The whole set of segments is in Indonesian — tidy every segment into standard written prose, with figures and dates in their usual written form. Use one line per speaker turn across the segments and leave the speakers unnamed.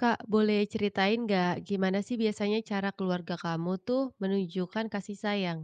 Kak, boleh ceritain nggak gimana sih biasanya cara keluarga kamu tuh menunjukkan kasih sayang?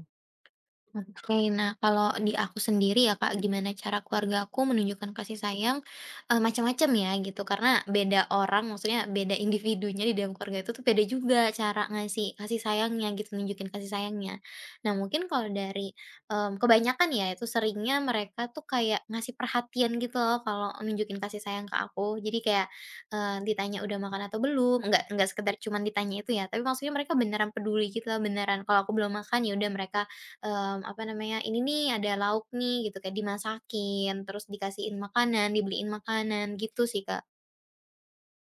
Oke, nah kalau di aku sendiri ya Kak, gimana cara keluarga aku menunjukkan kasih sayang, macam-macam ya gitu, karena beda orang, maksudnya beda individunya di dalam keluarga itu tuh beda juga cara ngasih kasih sayangnya gitu, nunjukin kasih sayangnya. Nah mungkin kalau dari, kebanyakan ya itu seringnya mereka tuh kayak ngasih perhatian gitu loh kalau nunjukin kasih sayang ke aku. Jadi kayak, ditanya udah makan atau belum, nggak sekedar cuman ditanya itu ya, tapi maksudnya mereka beneran peduli gitu loh, beneran kalau aku belum makan ya udah mereka apa namanya, "Ini nih ada lauk nih," gitu, kayak dimasakin, terus dikasihin makanan, dibeliin makanan, gitu sih, Kak.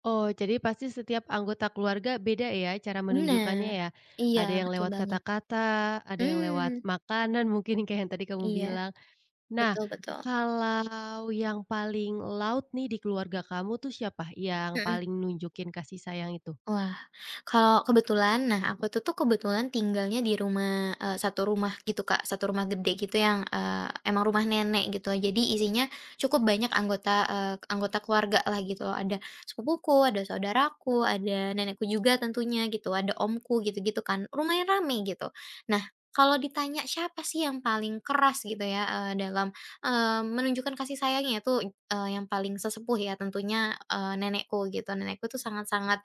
Oh, jadi pasti setiap anggota keluarga beda ya cara menunjukkannya
Bener.
ya.
Iya,
Ada yang
betul
lewat
banget.
kata-kata, ada yang lewat
Mmm,
makanan mungkin kayak yang tadi kamu
iya,
bilang. Nah,
betul, betul.
kalau yang paling laut nih di keluarga kamu tuh siapa yang
Mhm.
paling nunjukin kasih sayang itu?
Wah, kalau kebetulan nah aku tuh tuh kebetulan tinggalnya di rumah, satu rumah gitu Kak, satu rumah gede gitu yang, emang rumah nenek gitu. Jadi isinya cukup banyak anggota, anggota keluarga lah gitu. Ada sepupuku, ada saudaraku, ada nenekku juga tentunya gitu, ada omku gitu-gitu kan, lumayan rame gitu. Nah, kalau ditanya siapa sih yang paling keras gitu ya, dalam, menunjukkan kasih sayangnya itu, yang paling sesepuh ya tentunya, nenekku gitu. Nenekku tuh sangat-sangat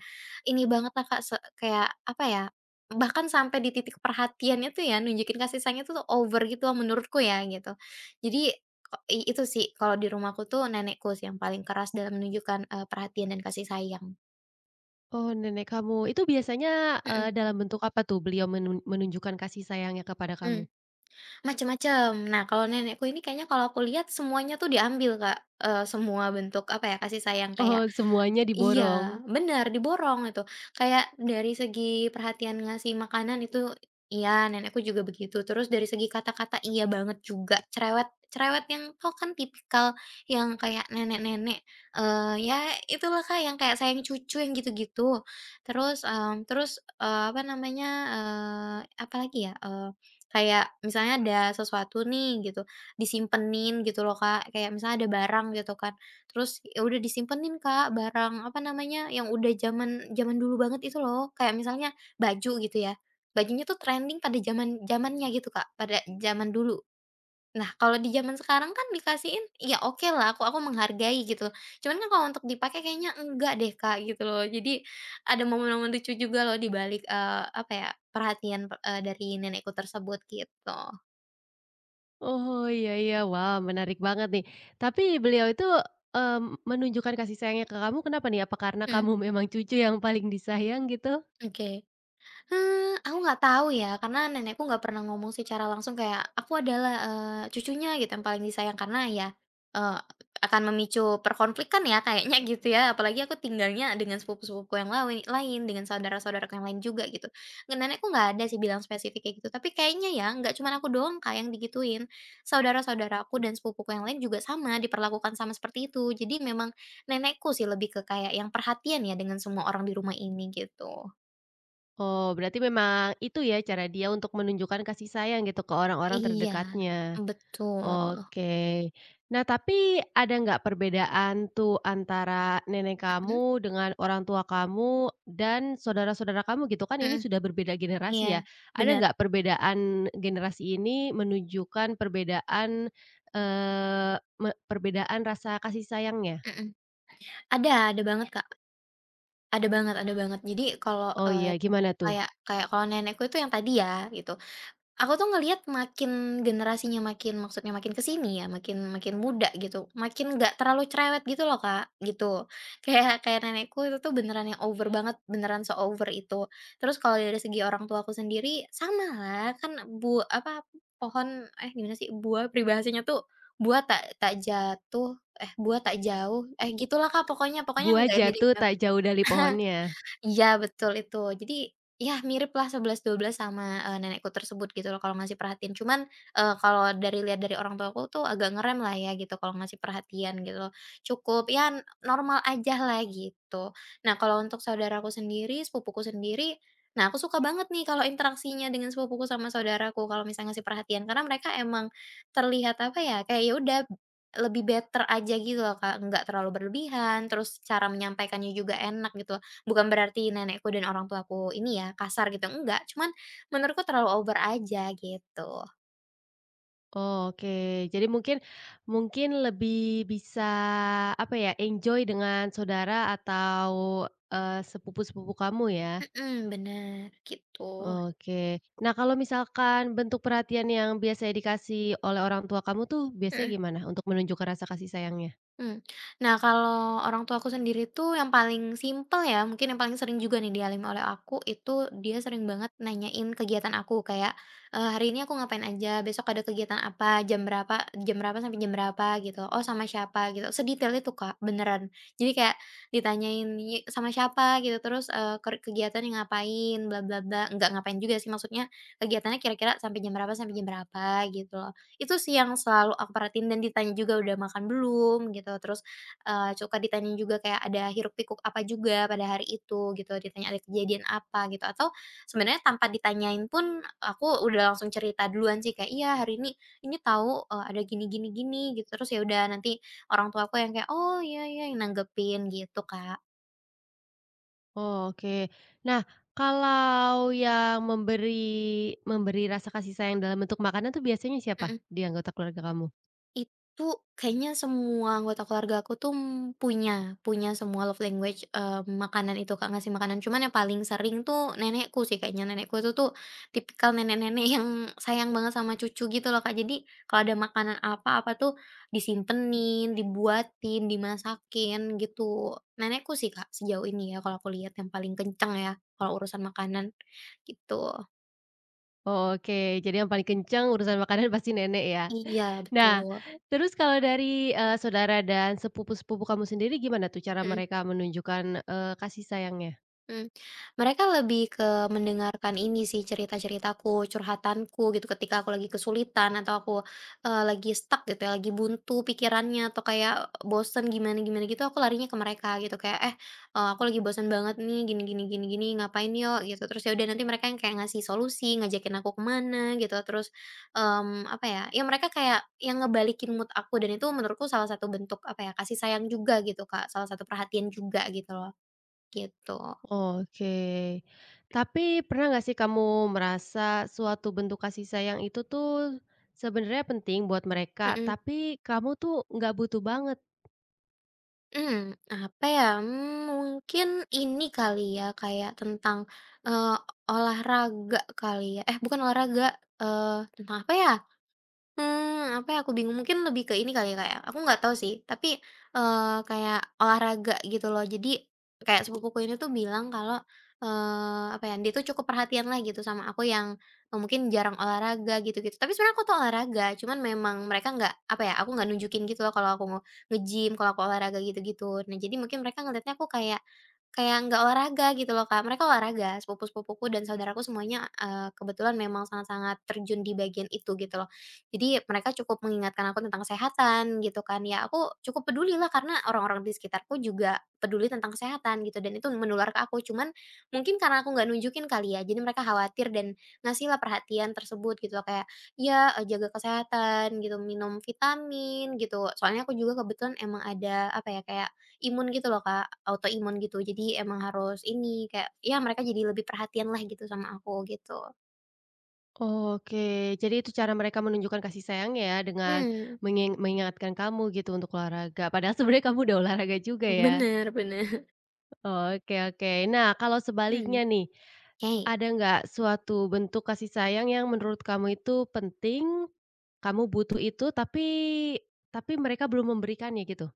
ini banget lah, Kak, kayak apa ya, bahkan sampai di titik perhatiannya tuh ya, nunjukin kasih sayangnya tuh tuh over gitu loh menurutku ya, gitu. Jadi, ko i itu sih kalau di rumahku tuh nenekku sih yang paling keras dalam menunjukkan, perhatian dan kasih sayang.
Oh, nenek kamu. Itu biasanya
Mhm
dalam bentuk apa tuh beliau menunjukkan kasih sayangnya kepada kamu?
mhm, macem-macem. Nah, kalau nenekku ini kayaknya kalau aku lihat semuanya tuh diambil, Kak, semua bentuk apa ya, kasih sayang kayak
Oh, semuanya
iya,
diborong.
benar diborong itu. Kayak dari segi perhatian ngasih makanan itu iya, nenekku juga begitu. Terus dari segi kata-kata iya banget juga, cerewet cerewet yang tau kan tipikal yang kayak nenek-nenek, eh ya itulah Kak, yang kayak sayang cucu yang gitu-gitu. Terus, terus, apa namanya, apalagi ya, kayak misalnya ada sesuatu nih gitu, disimpenin gitu loh Kak, kayak misalnya ada barang gitu kan. Terus ya udah disimpenin Kak, barang apa namanya, yang udah zaman zaman dulu banget itu loh. Kayak misalnya baju gitu ya, bajunya tuh trending pada zaman zamannya gitu Kak, pada zaman dulu. Nah kalau di zaman sekarang kan dikasihin, ya oke lah aku menghargai gitu. Cuman kan kalau untuk dipakai kayaknya enggak deh Kak, gitu loh. Jadi ada momen-momen lucu juga loh di balik, apa ya, perhatian, dari nenekku tersebut gitu.
Oh, iya iya. Wah, menarik banget nih. Tapi beliau itu, menunjukkan kasih sayangnya ke kamu kenapa nih? Apa karena
Mmm,
kamu memang cucu yang paling disayang gitu?
oke. Aku nggak tahu ya, karena nenekku nggak pernah ngomong secara langsung kayak, "Aku adalah, cucunya," gitu, "yang paling disayang." Karena ya, eee, akan memicu perkonflikan ya kayaknya gitu ya, apalagi aku tinggalnya dengan sepupu-sepupu yang lawe lain, dengan saudara-saudaraku yang lain juga gitu. Nenekku nggak ada sih bilang spesifik kayak gitu, tapi kayaknya ya nggak cuman aku doang Kak yang digituin, saudara-saudaraku dan sepupuku yang lain juga sama, diperlakukan sama seperti itu. Jadi memang nenekku sih lebih ke kayak yang perhatian ya dengan semua orang di rumah ini, gitu.
Oh, berarti memang itu ya cara dia untuk menunjukkan kasih sayang gitu ke orang-orang
Iya,
terdekatnya.
betul.
Oke. Nah, tapi ada nggak perbedaan tuh antara nenek
Mhm
kamu dengan orang tua kamu dan saudara-saudara kamu gitu kan ini
mhm.
sudah berbeda
Iya,
generasi ya. Ada
bener.
nggak perbedaan generasi ini menunjukkan perbedaan, eee, me perbedaan rasa kasih sayangnya?
Mhm. Ada banget, ya. Kak, ada banget, ada banget. Jadi kalau,
Oh iya, gimana tuh?
kayak kayak kalau nenekku itu yang tadi ya, gitu. Aku tuh ngelihat makin generasinya makin maksudnya makin ke sini ya, makin makin muda gitu, makin nggak terlalu cerewet gitu loh, Kak, gitu. Kayak kayak nenekku itu tuh beneran yang over banget, beneran so over itu. Terus kalau dari segi orang tuaku sendiri, sama lah, kan apa, pohon eh gimana sih, buah peribahasanya tuh, "Buah tak tak jatuh, eh buah tak jauh," eh gitulah, Kak, pokoknya pokoknya
Buah
nggak jadi.
jatuh tak jauh dari pohonnya.
Iya betul itu. Jadi, ya miriplah 12 sama, nenekku tersebut gitu loh kalau ngasih perhatian. Cuman, kalau dari lihat dari orang tuaku tuh agak ngerem lah ya gitu kalau ngasih perhatian gitu loh. Cukup ya normal aja lah gitu. Nah kalau untuk saudaraku sendiri, sepupuku sendiri, nah aku suka banget nih kalau interaksinya dengan sepupuku sama saudaraku kalau misalnya ngasih perhatian. Karena mereka emang terlihat apa ya, kayak ya udah lebih better aja gitu loh Kak, nggak terlalu berlebihan, terus cara menyampaikannya juga enak gitu. Bukan berarti nenekku dan orang tuaku ini ya, kasar gitu, enggak, cuman menurutku terlalu over aja gitu.
Oke, jadi mungkin mungkin lebih bisa, apa ya, enjoy dengan saudara atau, sepupu-sepupu kamu ya?
Mhm, bener, gitu.
Oke. Nah, kalau misalkan bentuk perhatian yang biasanya dikasih oleh orang tua kamu tuh biasanya
Mhm.
gimana untuk menunjukkan rasa kasih sayangnya?
Mmm. Nah, kalau orang tua aku sendiri tuh yang paling simpel ya, mungkin yang paling sering juga nih dialami oleh aku, itu dia sering banget nanyain kegiatan aku, kayak, "Hari ini aku ngapain aja? Besok ada kegiatan apa? Jam berapa sampai jam berapa?" Gitu. "Oh, sama siapa?" Gitu. Sedetail itu, Kak, beneran. Jadi kayak ditanyain, "Ye sama siapa?" Gitu, terus, "Kegiatannya ngapain? Bla bla bla." Enggak ngapain juga sih, maksudnya kegiatannya kira-kira sampai jam berapa, gitu. Itu sih yang selalu aku perhatiin dan ditanya juga udah makan belum gitu, terus, suka ditanya juga kayak ada hiruk-pikuk apa juga pada hari itu gitu, ditanya ada kejadian apa gitu, atau sebenarnya tanpa ditanyain pun aku udah langsung cerita duluan sih kayak, "Iya hari ini tahu, ada gini gini gini," gitu, terus ya udah nanti orang tua aku yang kayak, "Oh, iya iya," yang nanggepin gitu, Kak.
Oh, oke. Nah, kalau yang memberi memberi rasa kasih sayang dalam bentuk makanan tuh biasanya siapa
Mhm.
di anggota keluarga kamu?
Itu kayaknya semua anggota keluarga aku tuh, punya punya semua love language, makanan itu Kak, ngasih makanan. Cuman yang paling sering tuh nenekku sih kayaknya. Nenekku itu tuh tipikal nenek-nenek yang sayang banget sama cucu gitu loh Kak. Jadi kalau ada makanan apa-apa tuh disimpenin, dibuatin, dimasakin gitu. Nenekku sih Kak, sejauh ini ya kalau aku lihat yang paling kenceng ya, kalau urusan makanan gitu.
Oh, oke, jadi yang paling kenceng urusan makanan pasti nenek ya.
Iya
Nah,
betul,
terus kalau dari, saudara dan sepupu-sepupu kamu sendiri gimana tuh cara
mhm.
mereka menunjukkan, kasih sayangnya?
Mmm, mereka lebih ke mendengarkan ini sih cerita-ceritaku, curhatanku gitu ketika aku lagi kesulitan atau aku, lagi stuck gitu ya, lagi buntu pikirannya atau kayak bosen gimana-gimana gitu aku larinya ke mereka gitu kayak, "Eh, aku lagi bosen banget nih gini gini gini gini ngapain yuk?" Gitu. Terus ya udah nanti mereka yang kayak ngasih solusi, ngajakin aku kemana gitu terus, apa ya, ya mereka kayak yang ngebalikin mood aku dan itu menurutku salah satu bentuk apa ya, kasih sayang juga gitu Kak, salah satu perhatian juga gitu loh, gitu.
Oke. Tapi pernah nggak sih kamu merasa suatu bentuk kasih sayang itu tuh sebenarnya penting buat mereka,
Mhm.
tapi kamu tuh nggak butuh banget?
Hmm, apa ya, mungkin ini kali ya, kayak tentang, eee, olahraga kali ya, eh bukan olahraga, tentang apa ya? Hmm apa ya, aku bingung, mungkin lebih ke ini kali ya, Kak, ya, aku nggak tahu sih, tapi, kayak olahraga gitu loh. Jadi kayak sepupuku ini tuh bilang kalau, apa ya, dia tuh cukup perhatian lah gitu sama aku yang, mungkin jarang olahraga gitu-gitu. Tapi sebenarnya aku tuh olahraga, cuman memang mereka nggak, apa ya, aku nggak nunjukin gitu loh kalau aku mau nge-gym, kalau aku olahraga gitu-gitu. Nah, jadi mungkin mereka ngeliatnya aku kayak kayak nggak olahraga gitu loh, Kak. Mereka olahraga, sepupu-sepupuku dan saudaraku semuanya, kebetulan memang sangat-sangat terjun di bagian itu gitu loh. Jadi mereka cukup mengingatkan aku tentang kesehatan gitu kan, ya aku cukup peduli lah karena orang-orang di sekitarku juga peduli tentang kesehatan gitu dan itu menular ke aku. Cuman mungkin karena aku nggak nunjukin kali ya, jadi mereka khawatir dan ngasih lah perhatian tersebut gitu kayak, "Ya, jaga kesehatan gitu, minum vitamin," gitu. Soalnya aku juga kebetulan emang ada apa ya, kayak imun gitu loh Kak, autoimun gitu. Jadi emang harus ini, kayak ya mereka jadi lebih perhatian lah gitu sama aku gitu.
Oke, jadi itu cara mereka menunjukkan kasih sayangnya ya dengan
Hmm,
mengingatkan kamu gitu untuk olahraga, padahal sebenarnya kamu udah olahraga juga ya?
bener, bener.
Oke oke. Nah, kalau sebaliknya nih,
Oke.
ada nggak suatu bentuk kasih sayang yang menurut kamu itu penting, kamu butuh itu, tapi mereka belum memberikannya gitu?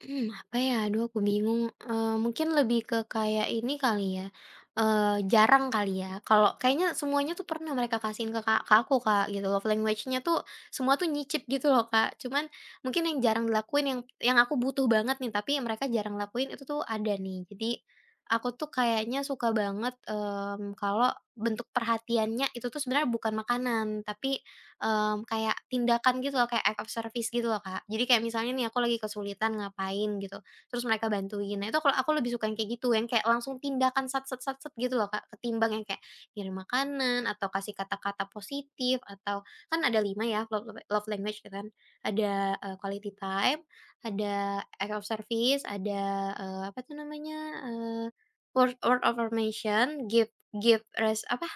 Mmm, apa ya? Aduh aku bingung, mungkin lebih ke kayak ini kali ya, jarang kali ya, kalau kayaknya semuanya tuh pernah mereka kasihin ke aku, Kak, gitu. Love language-nya tuh semua tuh nyicip gitu loh, Kak. Cuman mungkin yang jarang dilakuin, yang aku butuh banget nih, tapi mereka jarang lakuin itu tuh ada nih. Jadi aku tuh kayaknya suka banget, kalau bentuk perhatiannya itu tuh sebenarnya bukan makanan, tapi kayak tindakan gitu loh, kayak act of service gitu loh, Kak. Jadi kayak misalnya nih aku lagi kesulitan ngapain gitu, terus mereka bantuin. Nah itu kalau aku lebih suka yang kayak gitu, yang kayak langsung tindakan sat sat sat sat gitu loh, Kak, ketimbang yang kayak ngirim makanan atau kasih kata-kata positif atau kan ada 5 ya love love love language gitu kan. Ada, quality time, ada act of service, ada, apa tuh namanya, eee, word word of affirmation, give give res apa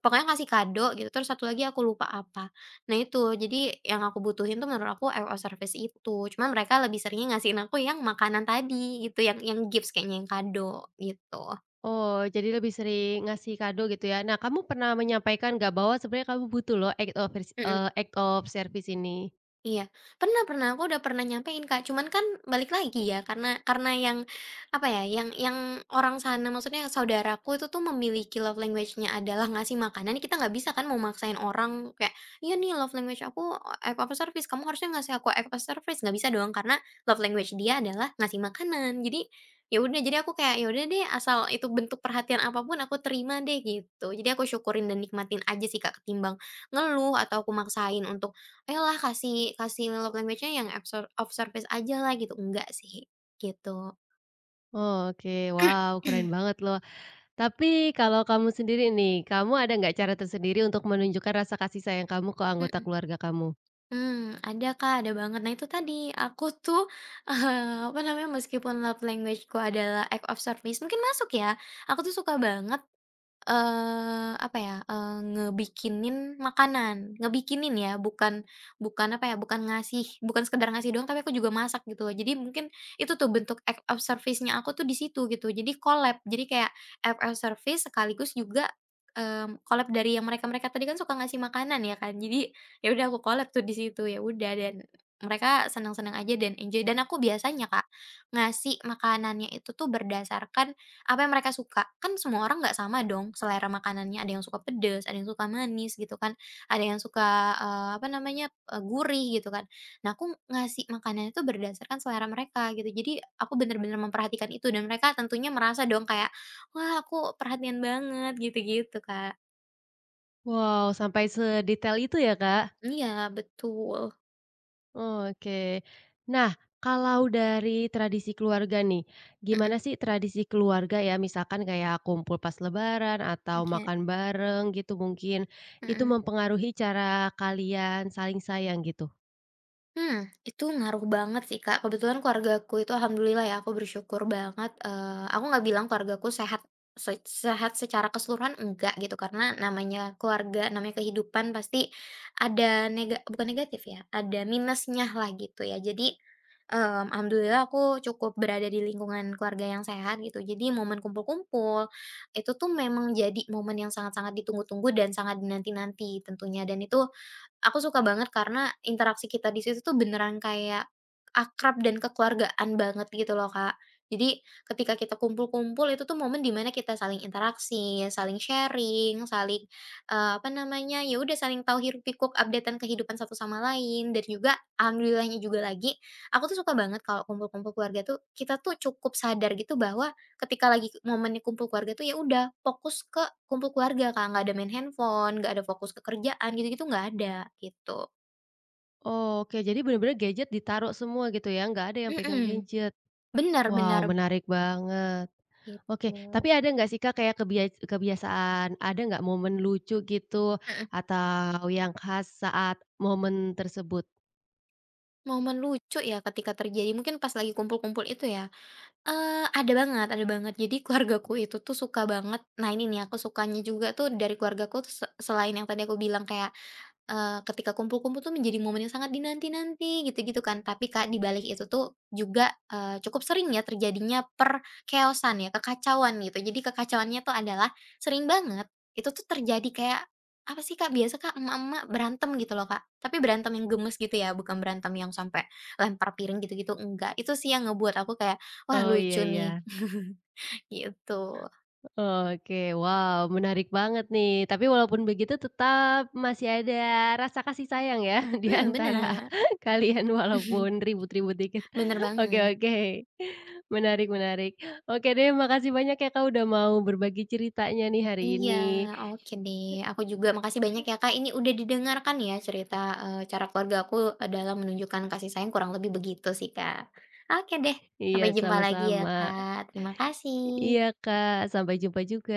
pokoknya ngasih kado gitu, terus satu lagi aku lupa apa. Nah itu, jadi yang aku butuhin tuh menurut aku RO service itu, cuman mereka lebih seringnya ngasihin aku yang makanan tadi gitu, yang gifts kayaknya, yang kado gitu.
Oh, jadi lebih sering ngasih kado gitu ya. Nah, kamu pernah menyampaikan nggak bahwa sebenarnya kamu butuh loh
Mhm.
act of service ini?
Iya, pernah pernah, aku udah pernah nyampein, Kak, cuman kan balik lagi ya, karena yang, apa ya, yang orang sana, maksudnya saudaraku itu tuh memiliki love language-nya adalah ngasih makanan. Kita nggak bisa kan mau maksain orang kayak, "Iya nih love language aku, act service, kamu harusnya ngasih aku act of service." Nggak bisa doang karena love language dia adalah ngasih makanan. Jadi, ya udah, jadi aku kayak, ya udah deh, asal itu bentuk perhatian apapun aku terima deh, gitu. Jadi aku syukurin dan nikmatin aja sih, Kak, ketimbang ngeluh atau aku maksain untuk eyalah kasih kasih love language-nya yang absor of service aja lah gitu, enggak sih, gitu.
Oh, oke, wow, keren banget loh. Tapi kalau kamu sendiri nih, kamu ada nggak cara tersendiri untuk menunjukkan rasa kasih sayang kamu ke anggota
Mhm,
keluarga kamu?
ada Kak, ada banget. Nah itu tadi, aku tuh, apa namanya, meskipun love language-ku adalah act of service, mungkin masuk ya, aku tuh suka banget. Eee, apa ya, eee, Ngebikinin makanan, ngebikinin ya, bukan bukan apa ya, bukan ngasih bukan sekedar ngasih doang, tapi aku juga masak gitu loh. Jadi mungkin itu tuh bentuk act of service-nya aku tuh di situ gitu. Jadi collab, jadi kayak act of service sekaligus juga, collab dari yang mereka-mereka tadi kan suka ngasih makanan ya kan. Jadi ya udah aku collab tuh di situ, ya udah. Dan mereka senang-senang aja dan enjoy. Dan aku biasanya Kak, ngasih makanannya itu tuh berdasarkan apa yang mereka suka. Kan semua orang nggak sama dong selera makanannya, ada yang suka pedes, ada yang suka manis gitu kan, ada yang suka, apa namanya, gurih gitu kan. Nah aku ngasih makanan itu berdasarkan selera mereka gitu. Jadi aku bener-bener memperhatikan itu dan mereka tentunya merasa dong kayak, "Wah aku perhatian banget," gitu-gitu Kak.
Wow, sampai sedetail itu ya, Kak?
Iya betul,
Oke. Nah, kalau dari tradisi keluarga nih,
mhm,
gimana sih tradisi keluarga ya, misalkan kayak kumpul pas lebaran atau
oke,
makan bareng gitu mungkin, itu
mhm.
mempengaruhi cara kalian saling sayang gitu?
Hmm, itu ngaruh banget sih, Kak. Kebetulan keluargaku itu alhamdulillah ya, aku bersyukur banget, aku nggak bilang keluargaku sehat sehat secara keseluruhan enggak gitu, karena namanya keluarga, namanya kehidupan pasti ada bukan negatif ya, ada minusnya lah gitu ya. Jadi, alhamdulillah aku cukup berada di lingkungan keluarga yang sehat gitu. Jadi momen kumpul-kumpul, itu tuh memang jadi momen yang sangat-sangat ditunggu-tunggu dan sangat dinanti-nanti tentunya. Dan itu aku suka banget karena interaksi kita di situ tuh beneran kayak akrab dan kekeluargaan banget gitu loh, Kak. Jadi ketika kita kumpul-kumpul itu tuh momen dimana kita saling interaksi, saling sharing, saling, apa namanya, ya udah saling tahu hiruk pikuk updatean kehidupan satu sama lain. Dan juga alhamdulillahnya juga lagi, aku tuh suka banget kalau kumpul-kumpul keluarga tuh kita tuh cukup sadar gitu bahwa ketika lagi momennya kumpul keluarga tuh ya udah fokus ke kumpul keluarga, Kak. Nggak ada main handphone, nggak ada fokus ke kerjaan gitu-gitu nggak ada, gitu.
Oke, jadi bener-bener gadget ditaruh semua gitu ya, nggak ada yang pegang
Mhm,
gadget.
bener
Wow,
bener,
menarik banget. Oke,
gitu.
tapi ada nggak sih Kak, kayak kebiasaan ada nggak momen lucu gitu,
Mhm,
atau yang khas saat momen tersebut?
momen lucu ya ketika terjadi mungkin pas lagi kumpul-kumpul itu ya? Ada banget, ada banget. Jadi keluargaku itu tuh suka banget, nah ini nih aku sukanya juga tuh dari keluargaku, selain yang tadi aku bilang kayak ketika kumpul-kumpul tuh menjadi momen yang sangat dinanti-nanti gitu-gitu kan. Tapi Kak, di balik itu tuh juga, cukup sering ya terjadinya per chaos ya, kekacauan gitu. Jadi kekacauannya tuh adalah sering banget itu tuh terjadi kayak, apa sih Kak, biasa Kak, emak-emak berantem gitu loh Kak, tapi berantem yang gemes gitu ya, bukan berantem yang sampai lempar piring gitu-gitu, enggak. Itu sih yang ngebuat aku kayak, "Wah
Oh,
lucu
iya
nih."
iya.
Gitu.
Oke, wow, menarik banget nih. Tapi walaupun begitu tetap masih ada rasa kasih sayang ya, di
Mhm,
antara
bener.
kalian walaupun ribut-ribut dikit.
Bener
Oke
banget.
oke, menarik menarik. Oke deh, makasih banyak ya Kak, udah mau berbagi ceritanya nih hari
Iya,
ini.
oke deh. Aku juga makasih banyak ya Kak, ini udah didengarkan ya cerita, cara keluarga aku, dalam menunjukkan kasih sayang kurang lebih begitu sih Kak. Oke deh,
Iya,
sampai jumpa lagi ya
sama-sama.
Kak, terima
Iya
kasih.
Kak, sampai jumpa juga.